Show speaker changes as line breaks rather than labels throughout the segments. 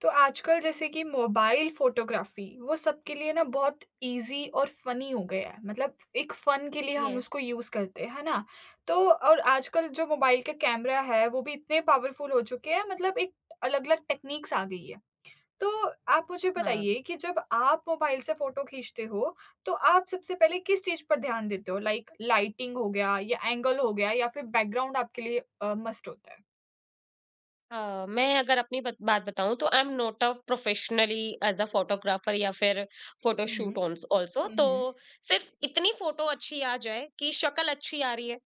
तो आजकल जैसे कि मोबाइल फोटोग्राफी वो सबके लिए ना बहुत इजी और फनी हो गया है मतलब एक फन के लिए हम उसको
यस।
यूज करते हैं है ना तो और आजकल जो मोबाइल के कैमरा है वो भी इतने पावरफुल हो चुके हैं मतलब एक अलग अलग टेक्निक्स आ गई है तो आप मुझे
हाँ।
बताइए कि जब आप मोबाइल से फोटो खींचते हो तो आप सबसे पहले किस चीज पर ध्यान देते हो लाइक लाइटिंग हो गया या एंगल हो गया या फिर बैकग्राउंड आपके लिए मस्ट होता है
मैं अगर अपनी बात बताऊं तो I am not a professionally as a photographer या फिर
हम्म
फोटोशूट ऑल्सो। तो
हम्म
सिर्फ इतनी फोटो अच्छी आ जाए कि शक्ल अच्छी आ रही है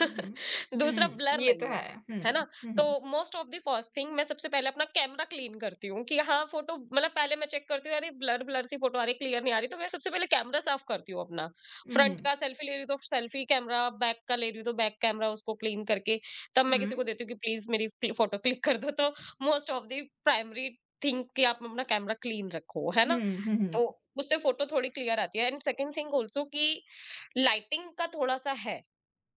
हुँ, हुँ।
दूसरा
हुँ,
ब्लर
ये तो
नहीं है,
है। हुँ,
है ना।
हुँ,
तो
हुँ।
Most of the first thing, मैं सबसे पहले अपना कैमरा क्लीन करती हूँ कि हाँ फोटो मतलब पहले मैं चेक करती हूँ अरे ब्लर ब्लर सी फोटो आ रही, क्लियर नहीं आ रही, तो मैं सबसे पहले कैमरा साफ करती हूँ अपना। फ्रंट
हुँ,
का सेल्फी ले रही हूँ तो सेल्फी कैमरा, बैक का ले रही हूँ तो बैक कैमरा, उसको क्लीन करके तब मैं
हुँ।
किसी को देती हूँ कि प्लीज़ मेरी क्लि फ़ोटो क्लिक कर दो। तो most of the primary thing कि आप अपना कैमरा क्लीन रखो, है
हुँ,
ना?
हुँ, हुँ, हुँ।
तो उससे फ़ोटो थोड़ी क्लियर आती है। एंड सेकंड थिंग आल्सो कि लाइटिंग का थोड़ा-सा है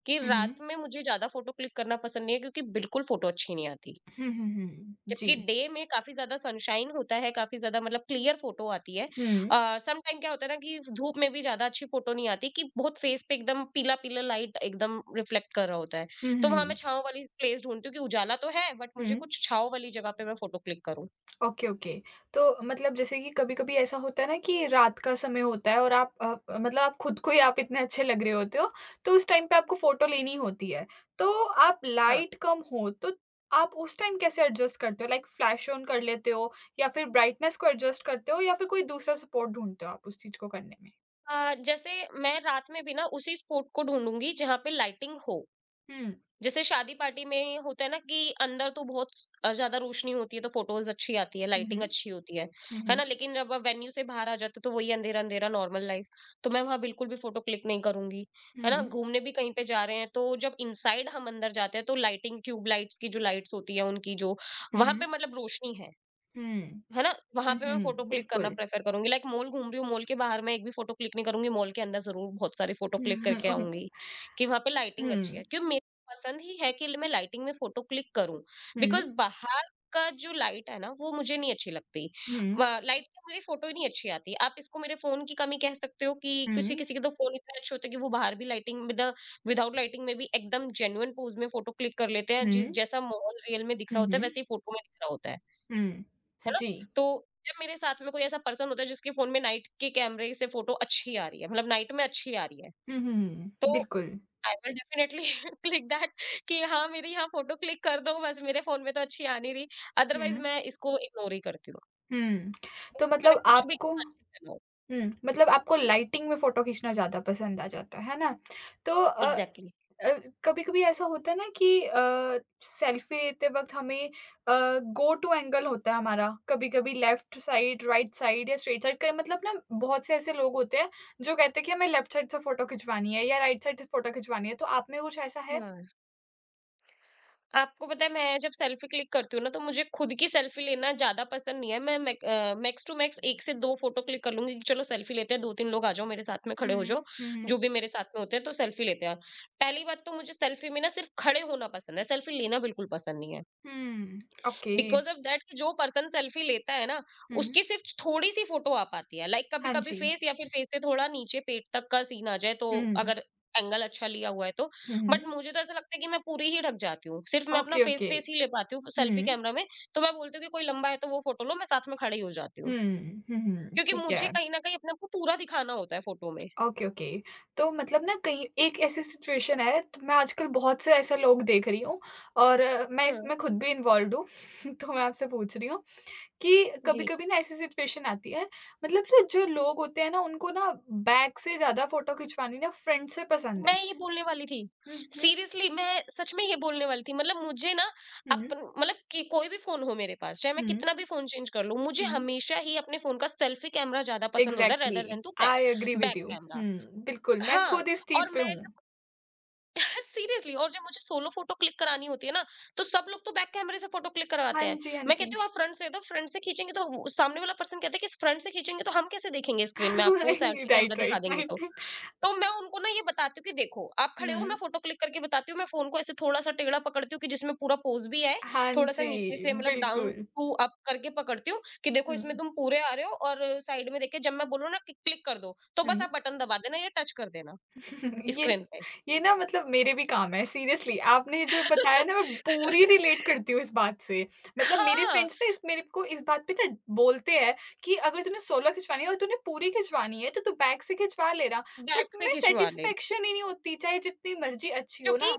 कि
हुँ, हुँ।
रात में मुझे ज़्यादा फ़ोटो क्लिक करना पसंद नहीं है क्योंकि बिल्कुल फ़ोटो अच्छी नहीं आती।
हुँ, हुँ, हुँ। जी।
जबकि डे में काफ़ी ज़्यादा सनशाइन होता है, काफ़ी ज़्यादा मतलब क्लियर फ़ोटो आती है।
हुँ।
सम टाइम क्या होता है ना कि धूप में भी ज़्यादा अच्छी फ़ोटो नहीं आती कि बहुत फेस पे एकदम पीला-पीला लाइट एकदम रिफ्लेक्ट कर रहा होता है।
हुँ,
तो वहाँ मैं
हुँ,
छाँव वाली प्लेस ढूँढती हूँ कि उजाला तो है बट
हुँ।
मुझे कुछ छाँव वाली जगह पे मैं फ़ोटो क्लिक करूँ।
Okay, okay. तो मतलब जैसे कि कभी-कभी ऐसा होता है ना कि रात का समय होता है और आप मतलब आप खुद को ही आप इतने अच्छे लग रहे होते हो, तो उस टाइम पे आपको फ़ोटो लेनी होती है। तो आप
हाँ।
लाइट कम हो, तो आप उस टाइम कैसे एडजस्ट करते हो? लाइक फ्लैश ऑन कर लेते हो या फिर ब्राइटनेस को एडजस्ट करते हो या फिर कोई दूसरा सपोर्ट ढूँढते हो आप उस चीज़ को करने में?
जैसे मैं रात में भी ना उसी स्पॉट को ढूँढूँगी जहाँ पे लाइटिंग हो।
हुँ।
जैसे शादी पार्टी में होता है ना कि अंदर तो बहुत ज्यादा रोशनी होती है तो फोटोज अच्छी आती है,
हुँ, हुँ।
लाइटिंग अच्छी होती है
हुँ,
है
हुँ।
ना। लेकिन जब आप वेन्यू से बाहर आ जाते हो, तो वही अंधेरा अंधेरा नॉर्मल लाइफ, तो मैं वहां बिल्कुल भी फोटो क्लिक नहीं करूंगी।
हुँ,
है ना,
हुँ।
घूमने भी कहीं पे जा रहे हैं तो जब इनसाइड हम अंदर जाते हैं तो लाइटिंग ट्यूब लाइट्स की जो लाइट्स होती है उनकी जो
हुँ,
वहां
हुँ।
पे मतलब रोशनी है ना? वहाँ
हुँ,
पे मैं
हुँ,
फ़ोटो क्लिक करना
बिल्कुल।
प्रेफ़र करूँगी। लाइक मॉल घूम रही हूँ, मॉल के बाहर मैं एक भी फ़ोटो क्लिक नहीं करूँगी। मॉल के अंदर ज़रूर बहुत सारी फ़ोटो
हुँ,
क्लिक
हुँ,
करके
हुँ,
आऊँगी कि वहाँ पे लाइटिंग अच्छी है।
हुँ,
क्यों, मेरी पसंद ही है कि मैं लाइटिंग में फ़ोटो क्लिक करूँ। बिकॉज़ बाहर का जो लाइट है ना, वो मुझे नहीं अच्छी लगती।
हुँ,
व लाइट की मेरी फ़ोटो ही नहीं अच्छी आती। आप इसको मेरे फ़ोन की कमी कह सकते हो कि
हुँ,
किसी-किसी के तो फ़ोन इतने अच्छे होते हैं कि वो बाहर भी लाइटिंग विदाउट लाइटिंग में भी एकदम जेन्युइन पोज़ में फ़ोटो क्लिक कर लेते हैं। जिस जैसा माहौल रियल में दिख रहा होता है,
हुँ,
वैसे ही फ़ोटो में दिख रहा होता है।
हुँ।
है ना?
जी।
तो जब मेरे साथ में कोई ऐसा पर्सन होता है जिसके फ़ोन में नाइट के कैमरे से फ़ोटो अच्छी आ रही है, मतलब नाइट में अच्छी आ रही है,
हुँ, हुँ, हुँ,
तो
बिल्कुल।
I will definitely click that कि हाँ, मेरी यहाँ फ़ोटो क्लिक कर दो, बस मेरे फ़ोन में तो अच्छी आ नहीं रही, अदरवाइज़
हुँ,
मैं इसको इग्नोर ही करती हूँ।
हुँ। तो
बेशक मैंने
मतलब
कुछ भी
आपको
कितना अच्छा करा हो।
हुँ, मतलब आपको लाइटिंग में फ़ोटो खींचना ज़्यादा पसंद आ जाता है ना? तो
एग्ज़ैक्टली।
कभी कभी ऐसा होता है ना कि सेल्फी लेते वक्त हमें गो टू एंगल होता है हमारा कभी कभी लेफ्ट साइड राइट साइड या स्ट्रेट साइड का मतलब ना बहुत से ऐसे लोग होते हैं जो कहते हैं कि हमें लेफ्ट साइड से फोटो खिंचवानी है या राइट साइड से फोटो खिंचवानी है तो आप में कुछ ऐसा है
हाँ। आपको पता है मैं जब सेल्फी क्लिक करती हूँ ना तो मुझे खुद की सेल्फी लेना ज्यादा पसंद नहीं है। मैं मैक्स टू मैक्स एक से दो फोटो क्लिक कर लूंगी कि चलो सेल्फी लेते हैं, दो तीन लोग आ जाओ मेरे साथ में, खड़े हो
हम्म
जाओ
हम्म
जो भी मेरे साथ में होते हैं तो सेल्फी लेते हैं। पहली बात तो मुझे सेल्फी में ना सिर्फ खड़े होना पसंद है, सेल्फी लेना बिल्कुल पसंद नहीं है
hmm okay
because of that कि जो पर्सन सेल्फी लेता है ना,
हम्म
उसकी सिर्फ थोड़ी सी फोटो आ पाती है। लाइक
हाँ
कभी-कभी
जी
फेस या फिर फेस से थोड़ा नीचे पेट तक का सीन आ जाए, तो
हम्म
अगर एंगल अच्छा लिया हुआ है तो। बट
हम्म
मुझे तो ऐसा लगता है कि मैं पूरी ही ढक जाती हूँ। सिर्फ मैं अपना
ओके
फेस
ओके
फेस ही ले पाती हूँ सेल्फी
हम्म
कैमरा में। तो मैं बोलती हूँ कि कोई लंबा है तो वो फोटो लो, मैं साथ में खड़ी हो जाती हूँ। क्योंकि
ठीक
मुझे
है
कहीं न कहीं अपने आप को पूरा दिखाना होता है फोटो में।
Okay, okay. तो मतलब ना कहीं एक ऐसी सिचुएशन है तो मैं आजकल बहुत से ऐसे लोग देख रही हूँ और मैं
हाँ।
इसमें खुद भी इन्वॉल्व्ड हूँ। तो मैं आपसे पूछ रही हूँ कि
जी।
कभी-कभी ना ऐसी सिचुएशन आती है मतलब ना जो लोग होते हैं ना उनको ना बैक से ज़्यादा फ़ोटो खिंचवानी ना फ्रंट से पसंद
मैं
है।
ये बोलने वाली थी।
हुँ, हुँ,
सीरियसली मैं सच में ये बोलने वाली थी। मतलब मुझे ना
हुँ,
अपन मतलब कि कोई भी फ़ोन हो मेरे पास, चाहे मैं
हुँ,
कितना भी फ़ोन चेंज कर लूँ, मुझे
हुँ।
हमेशा ही अपने फ़ोन का सेल्फी कैमरा ज़्यादा पसंद होता है
exactly.
Rather than to by
I agree with
back
you.
Camera.
हुँ, बिल्कुल मैं
हाँ,
खुद इस
और
चीज़ पे
मैं
हूँ।
जब सीरियसली, और जब मुझे सोलो फ़ोटो क्लिक करानी होती है ना, तो सब लोग तो बैक कैमरे से फ़ोटो क्लिक करवाते
हाँ
हैं।
जी, हाँ
मैं
जी।
कहती हूँ, "आप फ्रंट से दो, फ्रंट से खींचेंगे तो वो", सामने वाला पर्सन कहता है कि "फ्रंट से खींचेंगे तो हम कैसे देखेंगे स्क्रीन में आपको, सेल्फी
राइट,
कैमरा
राइट,
दिखा
राइट,
देंगे तो।"
राइट।
तो मैं उनको ना ये बताती हूँ कि देखो आप खड़े हो,
हुँ।
मैं फोटो क्लिक करके बताती हूँ। मैं फोन को ऐसे थोड़ा सा टेढ़ा पकड़ती हूँ कि जिसमें पूरा पोज भी आए,
हाँ
थोड़ा सा
जी,
नीचे से मतलब डाउन
बिल्कुल।
टू अप करके पकड़ती हूँ कि देखो
हुँ,
इसमें
हुँ।
तुम पूरे आ रहे हो, और साइड में देखे जब मैं बोलूँ ना कि क्लिक कर दो तो बस आप बटन दबा देना या टच कर देना
ये
स्क्रीन पे।
ये ना मतलब मेरे भी काम है सीरियसली आपने जो बताया ना मैं पूरी रिलेट करती हूँ इस बात से। मतलब मेरे
हाँ,
फ्रेंड्स ना इस मेरे को इस बात पे ना बोलते हैं कि अगर तूने 16 खिंचवानी है और तूने पूरी खिंचवानी है तो तू बैक से खिंचवा लेना। बट
बैक से
मैं
खिंचवा ले,
सैटिस्फैक्शन ही नहीं होती चाहे जितनी मर्ज़ी अच्छी हो ना।
क्योंकि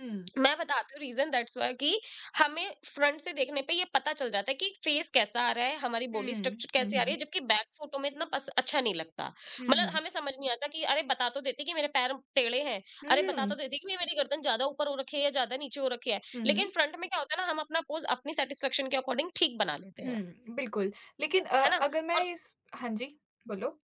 हुँ,
मैं बताती हूँ रीजन दैट्स व्हाई कि हमें फ्रंट से देखने पे ये पता चल जाता है कि फेस कैसा आ रहा है, हमारी बॉडी
हुँ,
स्ट्रक्चर
हुँ,
कैसी आ रही है,
हुँ,
जबकि बैक फोटो में इतना अच्छा नहीं लगता। मतलब
हुँ,
हमें समझ नहीं आता कि अरे बता तो देती कि मेरे पैर टेढ़े हैं, अरे बता तो
हुँ,
देती कि ये मेरी गर्दन ज्यादा ऊपर हो रखी है या ज्यादा नीचे हो रखी है।
हुँ,
लेकिन फ्रंट में क्या होता है ना, हम अपना पोज अपनी सेटिस्फेक्शन के अकॉर्डिंग ठीक बना लेते हैं,
हुँ, बिल्कुल। लेकिन
है ना।
अगर मैं
और
इस हाँ जी, बोलो।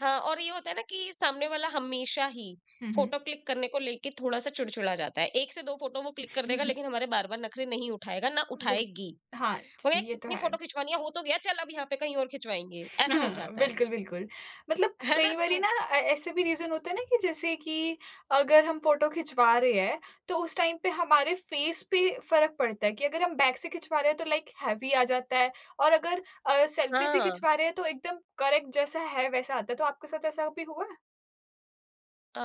हाँ, और ये होता है ना कि सामने वाला हमेशा ही
हुँ, हुँ।
फोटो क्लिक करने को लेके थोड़ा-सा चिड़चिड़ा जाता है। 1 से 2 फोटो वो क्लिक कर देगा लेकिन हमारे बार-बार नखरे नहीं उठाएगा, ना
बिल
उठाएगी।
हाँ,
बोलेगा
ये तो
कितनी
है।
फोटो खिंचवानी है, हो तो गया चल अब यहाँ पे कहीं और खिंचवाएँगे, ऐसा हो
हाँ,
जाता है।
बिल्कुल, बिल्कुल। मतलब
है ना?
कई बारी
तो
ना ऐसे भी रीज़न होता है ना कि जैसे कि अगर हम फ़ोटो खिंचवा रहे हैं, तो उस टाइम पे हमारे फ़ेस पे फ़र्क पड़ता है कि अगर हम बैक से खिंचवा रहे हैं तो लाइक हेवी आ जाता है और अगर सेल्फ़ी से
हाँ।
खिंचवा रहे हैं तो एकदम करेक्ट जैसा है वैसा आता है। तो आपके साथ ऐसा भी हुआ है?
अ,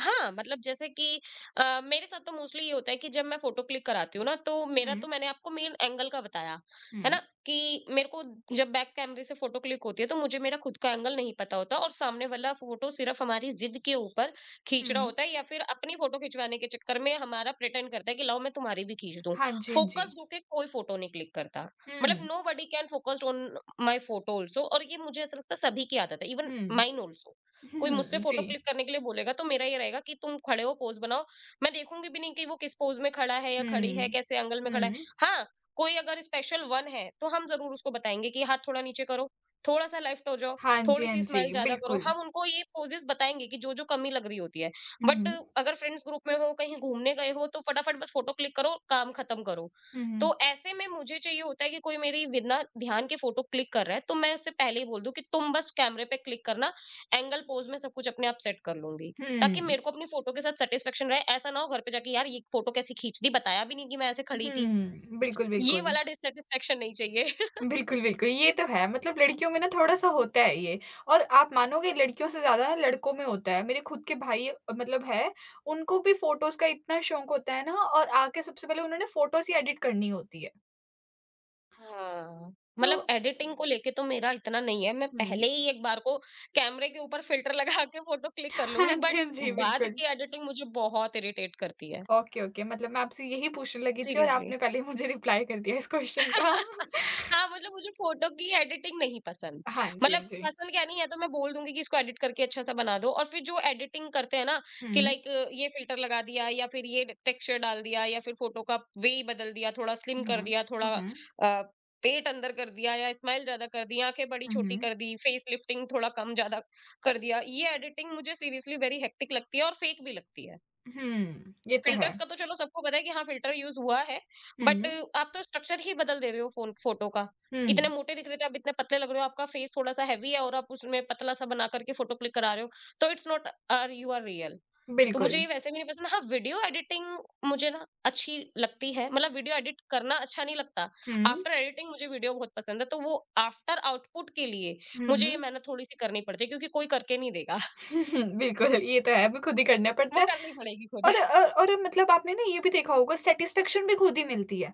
हाँ, मतलब जैसे कि मेरे साथ तो मोस्टली ये होता है कि जब मैं फ़ोटो क्लिक कराती हूँ ना, तो मेरा
हुँ,
तो मैंने आपको मेन एंगल का बताया,
हुँ,
है ना? कि मेरे को जब बैक कैमरे से फ़ोटो क्लिक होती है, तो मुझे मेरा खुद का एंगल नहीं पता होता और सामने वाला फ़ोटो सिर्फ़ हमारी ज़िद के ऊपर खींच रहा
हुँ।
होता है या फिर अपनी फ़ोटो खिंचवाने के चक्कर में हमारा प्रिटेंड करता है कि लाओ मैं तुम्हारी भी खींच दूँ।
हाँ जी, हाँ जी।
फ़ोकस्ड होके कोई फ़ोटो नहीं क्लिक करता। मतलब
हुँ,
nobody can focused on my photo also, और ये मुझे ऐसा लगता है सभी की आदत है, इवन
हुँ,
माइन ऑल्सो। कोई मुझसे
हुँ,
फोटो
जी।
क्लिक करने के लिए बोलेगा तो मेरा ये रहेगा कि तुम खड़े हो, पोज बनाओ। मैं देखूंगी भी नहीं कि वो किस पोज में खड़ा है या खड़ी
हुँ,
है, कैसे एंगल में खड़ा है।
हुँ।
हाँ, कोई अगर स्पेशल वन है तो हम जरूर उसको बताएंगे कि हाथ थोड़ा नीचे करो, थोड़ा सा लेफ्ट हो जाओ,
हाँ
थोड़ी
जी, हाँ
सी स्माइल
जी,
ज्यादा करो,
बिल्कुल।
हम उनको ये पोजेस बताएंगे कि जो जो कमी लग रही होती है। बट
हुँ,
अगर फ्रेंड्स ग्रुप में हो, कहीं घूमने गए हो, तो फटाफट बस फोटो क्लिक करो, काम खत्म करो।
हुँ,
तो
हुँ,
ऐसे में मुझे चाहिए होता है कि कोई मेरी बिना ध्यान के फोटो क्लिक कर रहा है तो मैं उससे पहले ही बोल दूं कि तुम बस कैमरे पे क्लिक करना, एंगल, पोज़ मैं सब कुछ अपने आप सेट कर लूँगी, ताकि
हुँ।
मेरे को अपनी फ़ोटो के साथ सैटिस्फैक्शन रहे। ऐसा ना हो घर पे जाके यार ये फ़ोटो कैसी खींच दी, बताया भी नहीं कि मैं ऐसे खड़ी थी।
हुँ, बिल्कुल,
ये
बिल्कुल।
वाला डिससैटिस्फैक्शन नहीं चाहिए।
बिल्कुल, बिल्कुल, ये तो है मतलब लड़कियों में ना थोड़ा-सा होता है ये और आप मानोगे लड़कियों से ज़्यादा ना लड़कों में होता है। मेरे खुद के भाई मतलब है, उनको भी फ़ोटोज़ का इतना शौक होता है ना और आके सबसे पहले उन्होंने फ़ोटोज़ ही एडिट करनी होती है।
हाँ।
तो
मतलब एडिटिंग को लेके तो मेरा इतना नहीं है, मैं
हुँ।
पहले ही एक बार को कैमरे के ऊपर फ़िल्टर लगा के फ़ोटो क्लिक कर लूँगी,
हाँ जी,
बट
हाँ जी,
बाद
बिल्कुल।
की एडिटिंग मुझे बहुत इरिटेट करती है,
ओके, ओके मतलब मैं आपसे यही पूछने लगी थी और
सीरियसली।
आपने पहले ही मुझे रिप्लाई कर दिया इस क्वेश्चन का।
हाँ, मतलब मुझे फ़ोटो की एडिटिंग नहीं पसंद।
हाँ जी,
मतलब
हाँ जी।
पसंद क्या नहीं, या तो मैं बोल दूँगी कि इसको एडिट करके अच्छा-सा बना दो, और फिर जो एडिटिंग करते हैं ना कि
हुँ,
लाइक ये फ़िल्टर लगा दिया या फिर ये टेक्सचर डाल दिया या फिर फ़ोटो का वे ही बदल दिया, थोड़ा स्लिम
हुँ,
कर
हुँ,
दिया, थोड़ा
हुँ,
अ, पेट अंदर कर दिया या स्माइल ज़्यादा कर दी, आँखें
हुँ,
बड़ी-छोटी
हुँ,
कर दी, फेस लिफ्टिंग थोड़ा कम-ज़्यादा कर दिया। ये एडिटिंग मुझे सीरियसली वेरी हेक्टिक लगती है और फ़ेक भी लगती है।
हुँ, ये तो है।
फिल्टर्स का तो चलो सबको पता है कि हाँ फिल्टर यूज हुआ है, बट
हुँ,
आप तो स्ट्रक्चर ही बदल दे रहे हो फोन फोटो का, इतने
हुँ।
मोटे दिख रहे थे आप इतने पतले लग रहे हो। आपका फेस थोड़ा सा हैवी है और आप उसमें पतला सा बना करके फोटो क्लिक करा रहे हो, तो it's not are you are real. तो
बिल्कुल।
मुझे ये वैसे भी नहीं पसंद। हाँ, वीडियो एडिटिंग मुझे ना अच्छी लगती है, मतलब वीडियो एडिट करना अच्छा नहीं लगता।
हुँ,
आफ्टर एडिटिंग मुझे वीडियो बहुत पसंद है, तो वो आफ्टर आउटपुट के लिए मुझे ये
हुँ।
मेहनत थोड़ी सी करनी पड़ती है, क्योंकि कोई करके नहीं देगा।
बिल्कुल, ये तो है, हमें खुद ही करना
वो
पड़ता है
करनी पड़ेगी खुद।
और और मतलब आपने ना ये भी देखा होगा सैटिस्फैक्शन भी खुद ही मिलती है।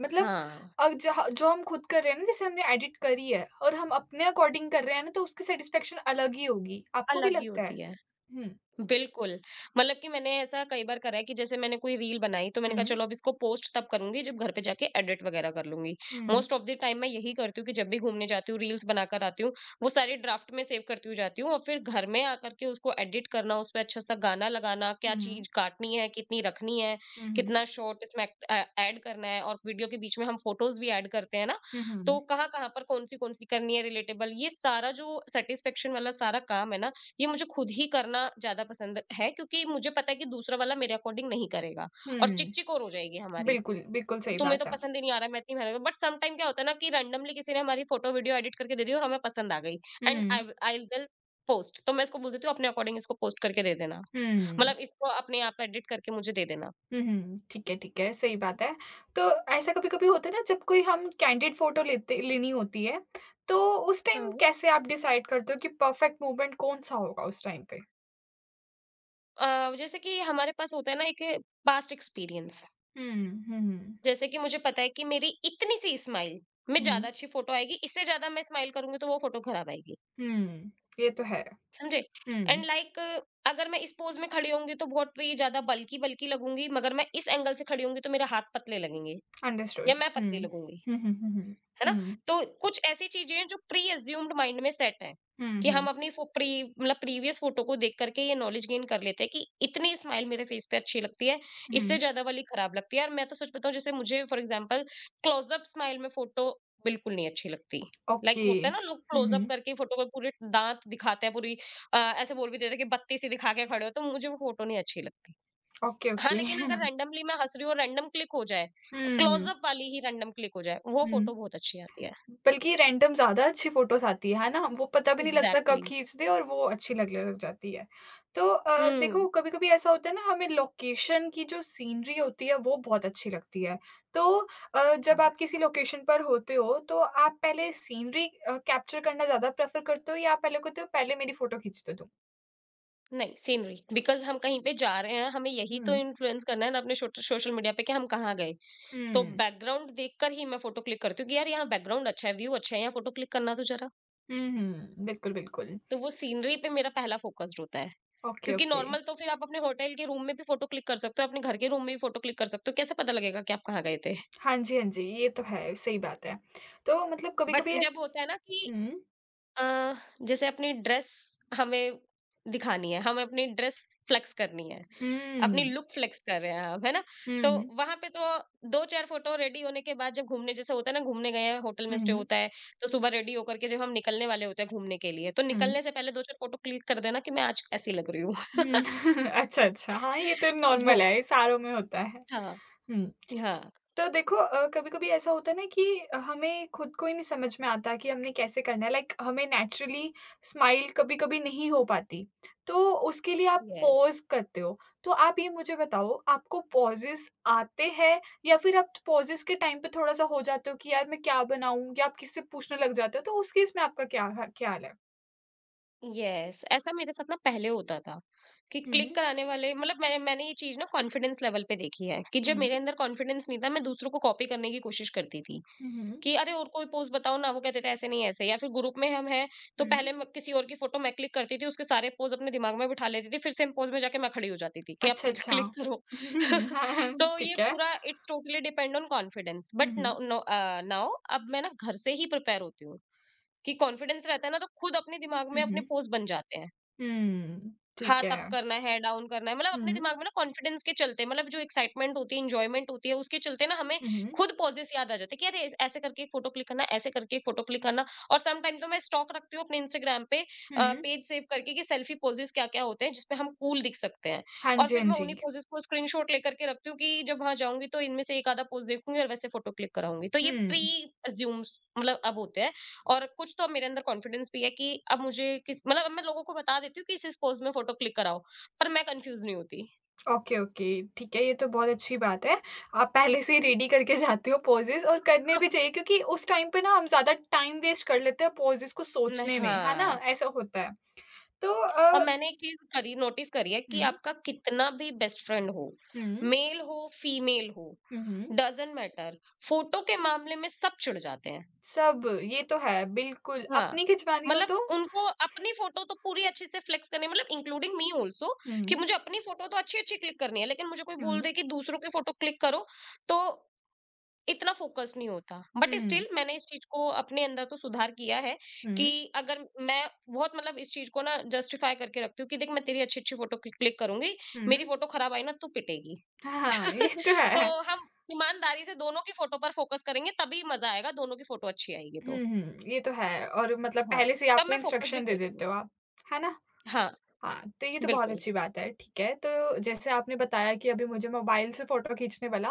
मतलब
हाँ,
जहाँ जो हम खुद कर रहे हैं ना, जैसे हमने एडिट करी है और हम अपने अकॉर्डिंग कर रहे हैं ना, तो उसकी सैटिस्फैक्शन अलग ही होगी। आपको भी
अलग ही
लगता है?
होती है।
हुँ,
बिल्कुल, मतलब कि मैंने ऐसा कई बार करा है कि जैसे मैंने कोई रील बनाई तो मैंने
हुँ,
कहा चलो अब इसको पोस्ट तब करूँगी जब घर पे जाके एडिट वगैरह कर लूँगी।
हुँ,
मोस्ट ऑफ द टाइम मैं यही करती हूँ कि जब भी घूमने जाती हूँ रील्स बनाकर आती हूँ, वो सारी ड्राफ्ट में सेव करती हुँ जाती हूँ और फिर घर में आकर के उसको एडिट करना, उस पे अच्छा-सा गाना लगाना, क्या
हुँ,
चीज़ काटनी है, कितनी रखनी है,
हुँ, हुँ,
कितना शॉट इसमें ऐड करना है। और वीडियो के बीच में हम फ़ोटोज़ भी ऐड करते हैं ना, तो
हुँ,
कहाँ-कहाँ पर कौन-सी, कौन-सी करनी है रिलेटेबल, ये सारा जो सैटिस्फैक्शन वाला सारा काम है ना, ये मुझे खुद ही करना ज्यादा पसंद है, क्योंकि मुझे पता है कि दूसरा वाला मेरे अकॉर्डिंग नहीं करेगा
हुँ,
और
हुँ,
चिक चिक और हो जाएगी हमारी।
बिल्कुल, बिल्कुल सही
तुम्हें तो
बात है।
पसंद ही नहीं आ रहा मैं इतनी मेहनत। बट सम टाइम क्या होता है ना कि रैंडमली किसी ने हमारी फोटो वीडियो एडिट करके दे दी और हमें पसंद आ गई and
hmm,
I will post, तो मैं इसको बोल देती हूँ अपने अकॉर्डिंग इसको पोस्ट करके दे देना, मतलब
हुँ।
इसको अपने आप एडिट करके मुझे दे देना।
हुँ, हुँ। ठीक है, सही बात है। तो ऐसा कभी-कभी होता है ना जब कोई हम कैंडिड फ़ोटो लेते लेनी होती है, तो उस टाइम
हाँ।
कैसे आप डिसाइड करते हो कि परफ़ेक्ट मूवमेंट कौन-सा होगा उस टाइम पे?
जैसे कि हमारे पास होता है ना एक पास्ट एक्सपीरियंस।
हुँ, हुँ, हुँ।
जैसे कि मुझे पता है कि मेरी इतनी सी स्माइल में ज्यादा
हुँ,
अच्छी फोटो आएगी, इससे ज्यादा मैं स्माइल करूंगी तो वो फोटो खराब आएगी।
हुँ, ये तो है।
समझे? एंड
हुँ,
लाइक, अगर मैं इस पोज़ में खड़ी होंगी तो बहुत ही ज़्यादा बल्की बल्की लगूँगी, मगर मैं इस एंगल से खड़ी होंगी तो मेरे हाथ पतले लगेंगे
अंडरस्टूड।
या मैं
हुँ।
पतली लगूँगी।
हुँ, हुँ, हुँ,
है
हुँ।
ना?
हुँ।
तो कुछ ऐसी चीज़ें हैं जो प्री अज्यूम्ड माइंड में सेट हैं,
हुँ,
कि हम
हुँ।
अपनी फो प्री मतलब प्रीवियस फ़ोटो को देख कर के ये नॉलेज गेन कर लेते हैं कि इतनी स्माइल मेरे फ़ेस पे अच्छी लगती है, इससे
हुँ,
ज़्यादा वाली खराब लगती है। और मैं तो सच बताऊँ, जैसे मुझे for example close up smile में फ़ोटो बिल्कुल नहीं अच्छी लगती। Like
okay.
like होता है ना, लोग
हुँ,
क्लोज़ अप
हुँ।
करके फ़ोटो में पूरे दाँत दिखाते हैं पूरी ऐसे बोल भी देते हैं कि बत्ती सी दिखा के खड़े हो, तो मुझे वो फ़ोटो नहीं अच्छी लगती।
ओके,
हाँ,
ओके।
लेकिन अगर रैंडमली मैं हँस रही हूँ और रैंडम क्लिक हो जाए, क्लोज़
हुँ,
अप वाली ही रैंडम क्लिक हो जाए, वो
हुँ।
फ़ोटो बहुत अच्छी आती है।
बल्कि रैंडम ज़्यादा अच्छी फ़ोटोज़ आती है ना? वो पता भी नहीं लगता कब
एग्जैक्टली।
खींच दे और वो अच्छी लगने लग जाती है। तो
हम्म।
देखो कभी-कभी ऐसा होता है ना हमें लोकेशन की जो सीनरी होती है वो बहुत अच्छी लगती है। तो जब
हाँ,
आप किसी लोकेशन पर होते हो तो आप पहले सीनरी कैप्चर करना ज़्यादा प्रेफ़र करते हो या आप पहले कहते हो पहले मेरी फ़ोटो खींच दो तुम?
नहीं सीनरी, बिकॉज हम कहीं पे जा रहे हैं, हमें यही तो
हुँ।
इन्फ्लुएंस करना है ना अपने सोशल मीडिया पे कि हम कहाँ गए। तो
हुँ।
बैकग्राउंड देखकर ही मैं फोटो क्लिक करती हूँ कि यार यहाँ बैकग्राउंड अच्छा है, व्यू अच्छा है, यहाँ फोटो क्लिक करना तो जरा।
हुँ, हुँ। बिल्कुल, बिल्कुल।
तो वो सीनरी पे मेरा पहला फोकस्ड होता है,
ओके,
क्योंकि
ओके।
नॉर्मल तो फिर आप अपने होटल के रूम में भी फोटो क्लिक कर सकते हो, अपने घर के रूम में भी फोटो क्लिक कर सकते हो, कैसे पता लगेगा कि आप कहाँ गए थे।
हाँ जी, हाँ जी। ये तो है, सही बात है। तो मतलब
बट
कभी-कभी
जब
ऐस
होता है ना कि
हुँ।
अ, जैसे अपनी ड्रेस हमें दिखानी है, हमें अपनी ड्रेस फ्लेक्स करनी है, अपनी
हुँ।
लुक फ्लेक्स कर रहे हैं हम, है ना?
हुँ,
तो
हुँ।
वहाँ पे तो 2-4 फोटो रेडी होने के बाद, जब घूमने जैसे होता है ना, घूमने गए हैं, होटल में
हुँ,
स्टे
हुँ।
होता है, तो सुबह रेडी होकर के जब हम निकलने वाले होते हैं घूमने के लिए, तो
हुँ।
निकलने से पहले 2-4 फोटो क्लिक कर देना कि मैं आज ऐसी लग रही हूँ।
हुँ। अच्छा, अच्छा। हाँ, ये तो
वो।
नॉर्मल है, ये सारों में होता है।
हाँ,
हुँ।
हाँ,
तो देखो कभी-कभी ऐसा होता है ना कि हमें खुद को ही नहीं समझ में आता कि हमने कैसे करना है, लाइक हमें नेचुरली स्माइल कभी-कभी नहीं हो पाती, तो उसके लिए आप
यस।
पॉज़ करते हो। तो आप ये मुझे बताओ, आपको पॉज़ेज़ आते हैं या फिर आप पॉज़ेज़ के टाइम पे थोड़ा-सा हो जाते हो कि यार मैं क्या बनाऊँ या आप किसी से पूछने लग जाते हो, तो उस केस में आपका क्या ह ख्याल है?
यस, ऐसा मेरे साथ ना पहले होता था कि क्लिक
हुँ।
कराने वाले, मतलब मैंने ये चीज ना कॉन्फिडेंस लेवल पे देखी है कि जब
हुँ।
मेरे अंदर कॉन्फिडेंस नहीं था मैं दूसरों को कॉपी करने की कोशिश करती थी
हुँ, हुँ।
कि अरे और कोई पोस्ट बताओ ना, वो कहते थे ऐसे नहीं ऐसे, या फिर ग्रुप में हम हैं तो पहले
हुँ।
मैं किसी और की फोटो मैं क्लिक करती थी, उसके सारे पोज अपने दिमाग में बिठा लेती थी, फिर सेम पोज में जाके मैं खड़ी हो जाती थी कि आप
अच्छा, अच्छा।
क्लिक करो।
हाँ, हाँ,
तो ये
ठीक है।
पूरा it's totally depend on confidence,
hmm,
but
hmm.
Now now अब मैं ना घर से ही प्रिपेयर होती हूँ कि कॉन्फिडेंस रहता है ना, तो खुद अपने दिमाग में
हुँ,
अपने
हुँ।
पोज बन जाते हैं।
हुँ,
हाथ
ठीक
अप
है।
करना है, डाउन करना है, मतलब अपने
हुँ,
दिमाग में ना कॉन्फिडेंस के चलते, मतलब जो एक्साइटमेंट होती है, एन्जॉयमेंट होती है उसके चलते ना हमें
हुँ, हुँ,
खुद पोजेस याद आ जाते हैं कि अरे ऐसे करके एक फोटो क्लिक करना, ऐसे करके एक फोटो क्लिक करना। और सम टाइम तो मैं स्टॉक रखती हूँ अपने इंस्टाग्राम पे,
हुँ।
पेज सेव करके कि सेल्फी पोजेस क्या-क्या होते हैं जिसमें हम कूल दिख सकते हैं।
हाँ
और
जी,
फिर
हाँ
मैं
जी।
उन्हीं पोजेस को स्क्रीनशॉट लेकर के रखती हूँ कि जब वहाँ जाऊँगी तो इनमें से एक आधा पोज देखूँगी और वैसे फोटो क्लिक कराऊँगी। तो ये
हुँ,
प्री-अज़्यूम्स मतलब अब होते हैं। और कुछ तो अब मेरे अंदर कॉन्फिडेंस भी है कि अब मुझे किस मतलब अब मैं लोगों को बता देती हूँ कि इस पोज़ में फोटो क्लिक कराओ, पर मैं कन्फ्यूज़ नहीं होती।
ओके, ओके, ठीक है, ये तो बहुत अच्छी बात है। आप पहले से ही रेडी करके जाते हो पॉजेज़ और करने भी चाहिए क्योंकि उस टाइम पे ना हम ज़्यादा टाइम वेस्ट कर लेते हैं पॉजेज़ को
नहीं,
सोचने में, है ना?
हाँ,
ऐसा होता है। तो
और मैंने एक चीज़ करी नोटिस करी है कि
हुँ,
आपका कितना भी बेस्ट फ्रेंड हो,
हुँ,
मेल हो, फीमेल हो,
hmm, hmm,
doesn't matter, photo के मामले में सब चिढ़ जाते हैं।
सब ये तो है बिल्कुल,
हाँ,
अपनी खिंचवानी हो
मतलब
तो
उनको अपनी फोटो तो पूरी अच्छे से फ्लेक्स करनी है, मतलब इंक्लूडिंग मी आल्सो,
हुँ,
कि
हुँ,
मुझे अपनी फोटो तो अच्छी-अच्छी क्लिक करनी है, लेकिन मुझे कोई बोल दे कि दूसरों की फोटो क्लिक करो, तो इतना फोकस नहीं होता। बट
हुँ,
स्टिल मैंने इस चीज को अपने अंदर तो सुधार किया है
हुँ,
कि अगर मैं बहुत मतलब इस चीज को ना जस्टिफाई करके रखती हूँ कि देख मैं तेरी अच्छी अच्छी फोटो क्लिक करूंगी, मेरी
हुँ।
फोटो खराब आई ना तू पिटेगी।
हाँ, ये तो है।
तो हम ईमानदारी से दोनों की फोटो पर फोकस करेंगे, तभी मजा आएगा, दोनों की फोटो अच्छी आएगी, तो
हुँ, हुँ, ये तो है और मतलब
हाँ
पहले से ही
तब
आपने
मैं फोकस भी
इंस्ट्रक्शन दे
करती हूँ।
देते हो आप, है ना?
हाँ,
हाँ, तो ये तो बहुत
बिल्कुल।
अच्छी बात है, ठीक है। तो जैसे आपने बताया कि अभी मुझे मोबाइल से फ़ोटो खींचने वाला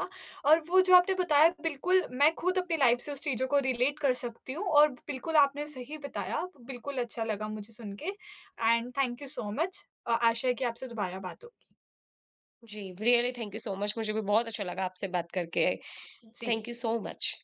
और वो जो आपने बताया बिल्कुल मैं खुद अपनी लाइफ़ से उस चीज़ों को रिलेट कर सकती हूँ और बिल्कुल आपने सही बताया, बिल्कुल अच्छा लगा मुझे सुन के and thank you so much. आशा है कि आपसे दोबारा बात होगी।
जी, really thank you so much, मुझे भी बहुत अच्छा लगा आपसे बात करके।
जी।
Thank you so much.